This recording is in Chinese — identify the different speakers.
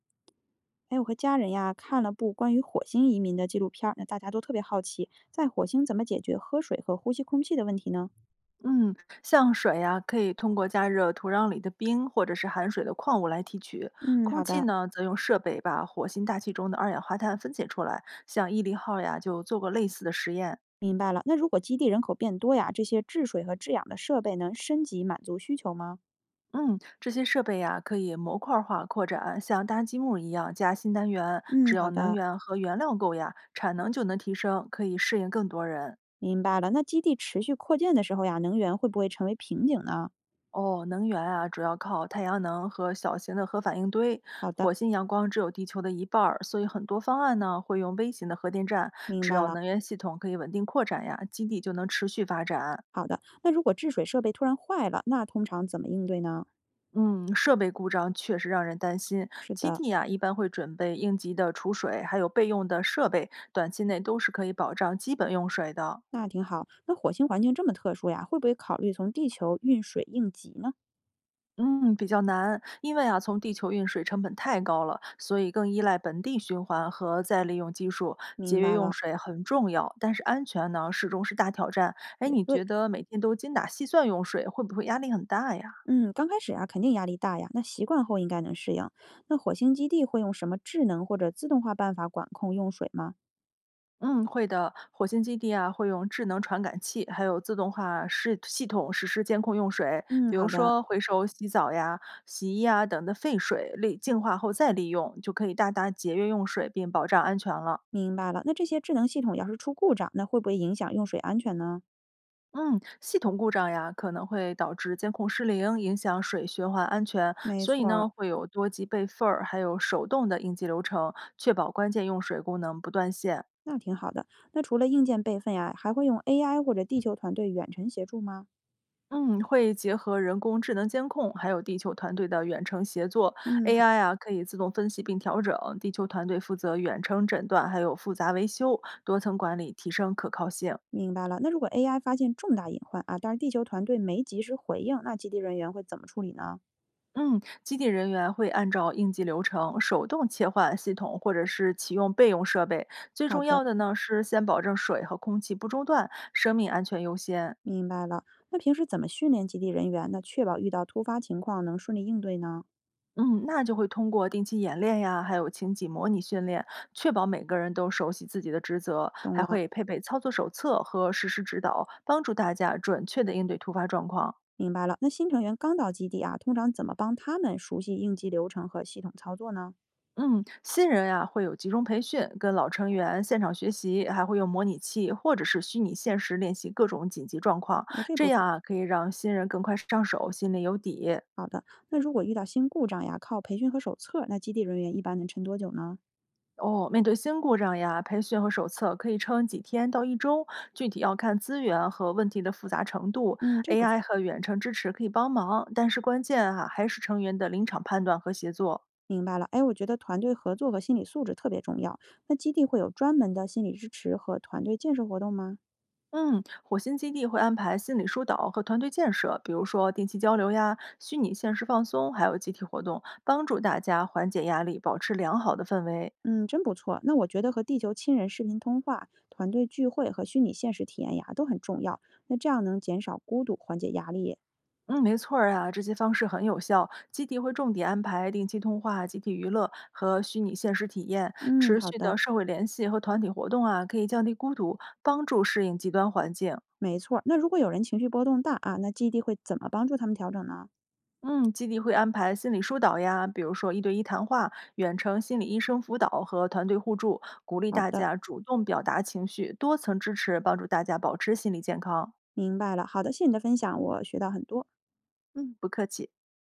Speaker 1: 哎，我和家人呀看了部关于火星移民的纪录片儿，那大家都特别好奇，在火星怎么解决喝水和呼吸空气的问题呢？
Speaker 2: 嗯，像水呀、可以通过加热土壤里的冰或者是含水的矿物来提取；
Speaker 1: 嗯，
Speaker 2: 空
Speaker 1: 好
Speaker 2: 气
Speaker 1: 的，
Speaker 2: 呢，则用设备把火星大气中的二氧化碳分解出来。像毅力号呀，就做过类似的实验。
Speaker 1: 明白了。那如果基地人口变多呀，这些制水和制氧的设备能升级满足需求吗？
Speaker 2: 嗯，这些设备呀，可以模块化扩展，像搭积木一样加新单元。
Speaker 1: 嗯，
Speaker 2: 只要
Speaker 1: 好
Speaker 2: 能
Speaker 1: 的，
Speaker 2: 源和原料够呀，产能就能提升，可以适应更多人。
Speaker 1: 明白了。那基地持续扩建的时候呀，能源会不会成为瓶颈呢？
Speaker 2: 哦，能源啊，主要靠太阳能和小型的核反应堆。
Speaker 1: 好的，
Speaker 2: 火星阳光只有地球的一半儿，所以很多方案呢会用微型的核电站。
Speaker 1: 明
Speaker 2: 只
Speaker 1: 白
Speaker 2: 要
Speaker 1: 了。
Speaker 2: 能源系统可以稳定扩展呀，基地就能持续发展。
Speaker 1: 好的，那如果制水设备突然坏了，那通常怎么应对呢？
Speaker 2: 嗯，设备故障确实让人担心。
Speaker 1: 是
Speaker 2: 基
Speaker 1: 的，
Speaker 2: 地啊，一般会准备应急的储水，还有备用的设备，短期内都是可以保障基本用水的。
Speaker 1: 那挺好。那火星环境这么特殊呀，会不会考虑从地球运水应急呢？
Speaker 2: 嗯，比较难，因为啊，从地球运水成本太高了，所以更依赖本地循环和再利用技术，节
Speaker 1: 明
Speaker 2: 约
Speaker 1: 白
Speaker 2: 用
Speaker 1: 了，
Speaker 2: 水很重要，但是安全呢，始终是大挑战。哎，
Speaker 1: 也
Speaker 2: 你觉
Speaker 1: 对。
Speaker 2: 得每天都精打细算用水，会不会压力很大呀？
Speaker 1: 嗯，刚开始啊，肯定压力大呀。那习惯后应该能适应。那火星基地会用什么智能或者自动化办法管控用水吗？
Speaker 2: 嗯，会的。火星基地啊，会用智能传感器，还有自动化系统实施监控用水，
Speaker 1: 嗯，
Speaker 2: 比如
Speaker 1: 好的，
Speaker 2: 说回收洗澡呀、洗衣啊等的废水，利净化后再利用，就可以大大节约用水，并保障安全了。
Speaker 1: 明白了。那这些智能系统要是出故障，那会不会影响用水安全呢？
Speaker 2: 嗯，系统故障呀，可能会导致监控失灵，影响水循环安全，
Speaker 1: 没
Speaker 2: 所以
Speaker 1: 错儿，
Speaker 2: 呢，会有多级备份儿，还有手动的应急流程，确保关键用水功能不断线。
Speaker 1: 那挺好的。那除了硬件备份呀，还会用 AI 或者地球团队远程协助吗？
Speaker 2: 嗯，会结合人工智能监控，还有地球团队的远程协作
Speaker 1: 嗯，好，
Speaker 2: ，AI 啊可以自动分析并调整，地球团队负责远程诊断，还有复杂维修，多层管理提升可靠性。
Speaker 1: 明白了。那如果 AI 发现重大隐患啊，但是地球团队没及时回应，那基地人员会怎么处理呢？
Speaker 2: 嗯，基地人员会按照应急流程手动切换系统，或者是启用备用设备。最
Speaker 1: 好
Speaker 2: 重要
Speaker 1: 的。
Speaker 2: 的呢是先保证水和空气不中断，生命安全优先。
Speaker 1: 明白了。那平时怎么训练基地人员呢？确保遇到突发情况能顺利应对呢？
Speaker 2: 嗯，那就会通过定期演练呀，还有情景模拟训练，确保每个人都熟悉自己的职责，
Speaker 1: 懂
Speaker 2: 还
Speaker 1: 了，
Speaker 2: 会配备操作手册和实时指导，帮助大家准确的应对突发状况。
Speaker 1: 明白了。那新成员刚到基地啊，通常怎么帮他们熟悉应急流程和系统操作呢？
Speaker 2: 嗯，新人呀、会有集中培训，跟老成员现场学习，还会用模拟器或者是虚拟现实练习各种紧急状况，
Speaker 1: 哎，这
Speaker 2: 这
Speaker 1: 不
Speaker 2: 样
Speaker 1: 错。
Speaker 2: 啊可以让新人更快上手，心里有底。
Speaker 1: 好的，那如果遇到新故障呀，靠培训和手册，那基地人员一般能撑多久呢？
Speaker 2: 哦，面对新故障呀，培训和手册可以撑几天到一周，具体要看资源和问题的复杂程度。
Speaker 1: 嗯，这不错。
Speaker 2: AI 和远程支持可以帮忙，但是关键啊还是成员的临场判断和协作。
Speaker 1: 明白了，哎，我觉得团队合作和心理素质特别重要。那基地会有专门的心理支持和团队建设活动吗？
Speaker 2: 嗯，火星基地会安排心理疏导和团队建设，比如说定期交流呀、虚拟现实放松，还有集体活动，帮助大家缓解压力，保持良好的氛围。
Speaker 1: 嗯，真不错。那我觉得和地球亲人视频通话、团队聚会和虚拟现实体验呀都很重要。那这样能减少孤独，缓解压力。
Speaker 2: 嗯，没错儿啊，这些方式很有效。基地会重点安排定期通话、集体娱乐和虚拟现实体验，
Speaker 1: 嗯，
Speaker 2: 持
Speaker 1: 好
Speaker 2: 续
Speaker 1: 的，
Speaker 2: 的社会联系和团体活动啊，可以降低孤独，帮助适应极端环境。
Speaker 1: 没错儿。那如果有人情绪波动大啊，那 GD 会怎么帮助他们调整呢？
Speaker 2: 嗯，基地会安排心理疏导呀，比如说一对一谈话、远程心理医生辅导和团队互助，鼓励
Speaker 1: 好
Speaker 2: 大
Speaker 1: 的，
Speaker 2: 家主动表达情绪，多层支持帮助大家保持心理健康。
Speaker 1: 明白了。好的，谢谢你的分享，我学到很多。
Speaker 2: 嗯，不客气。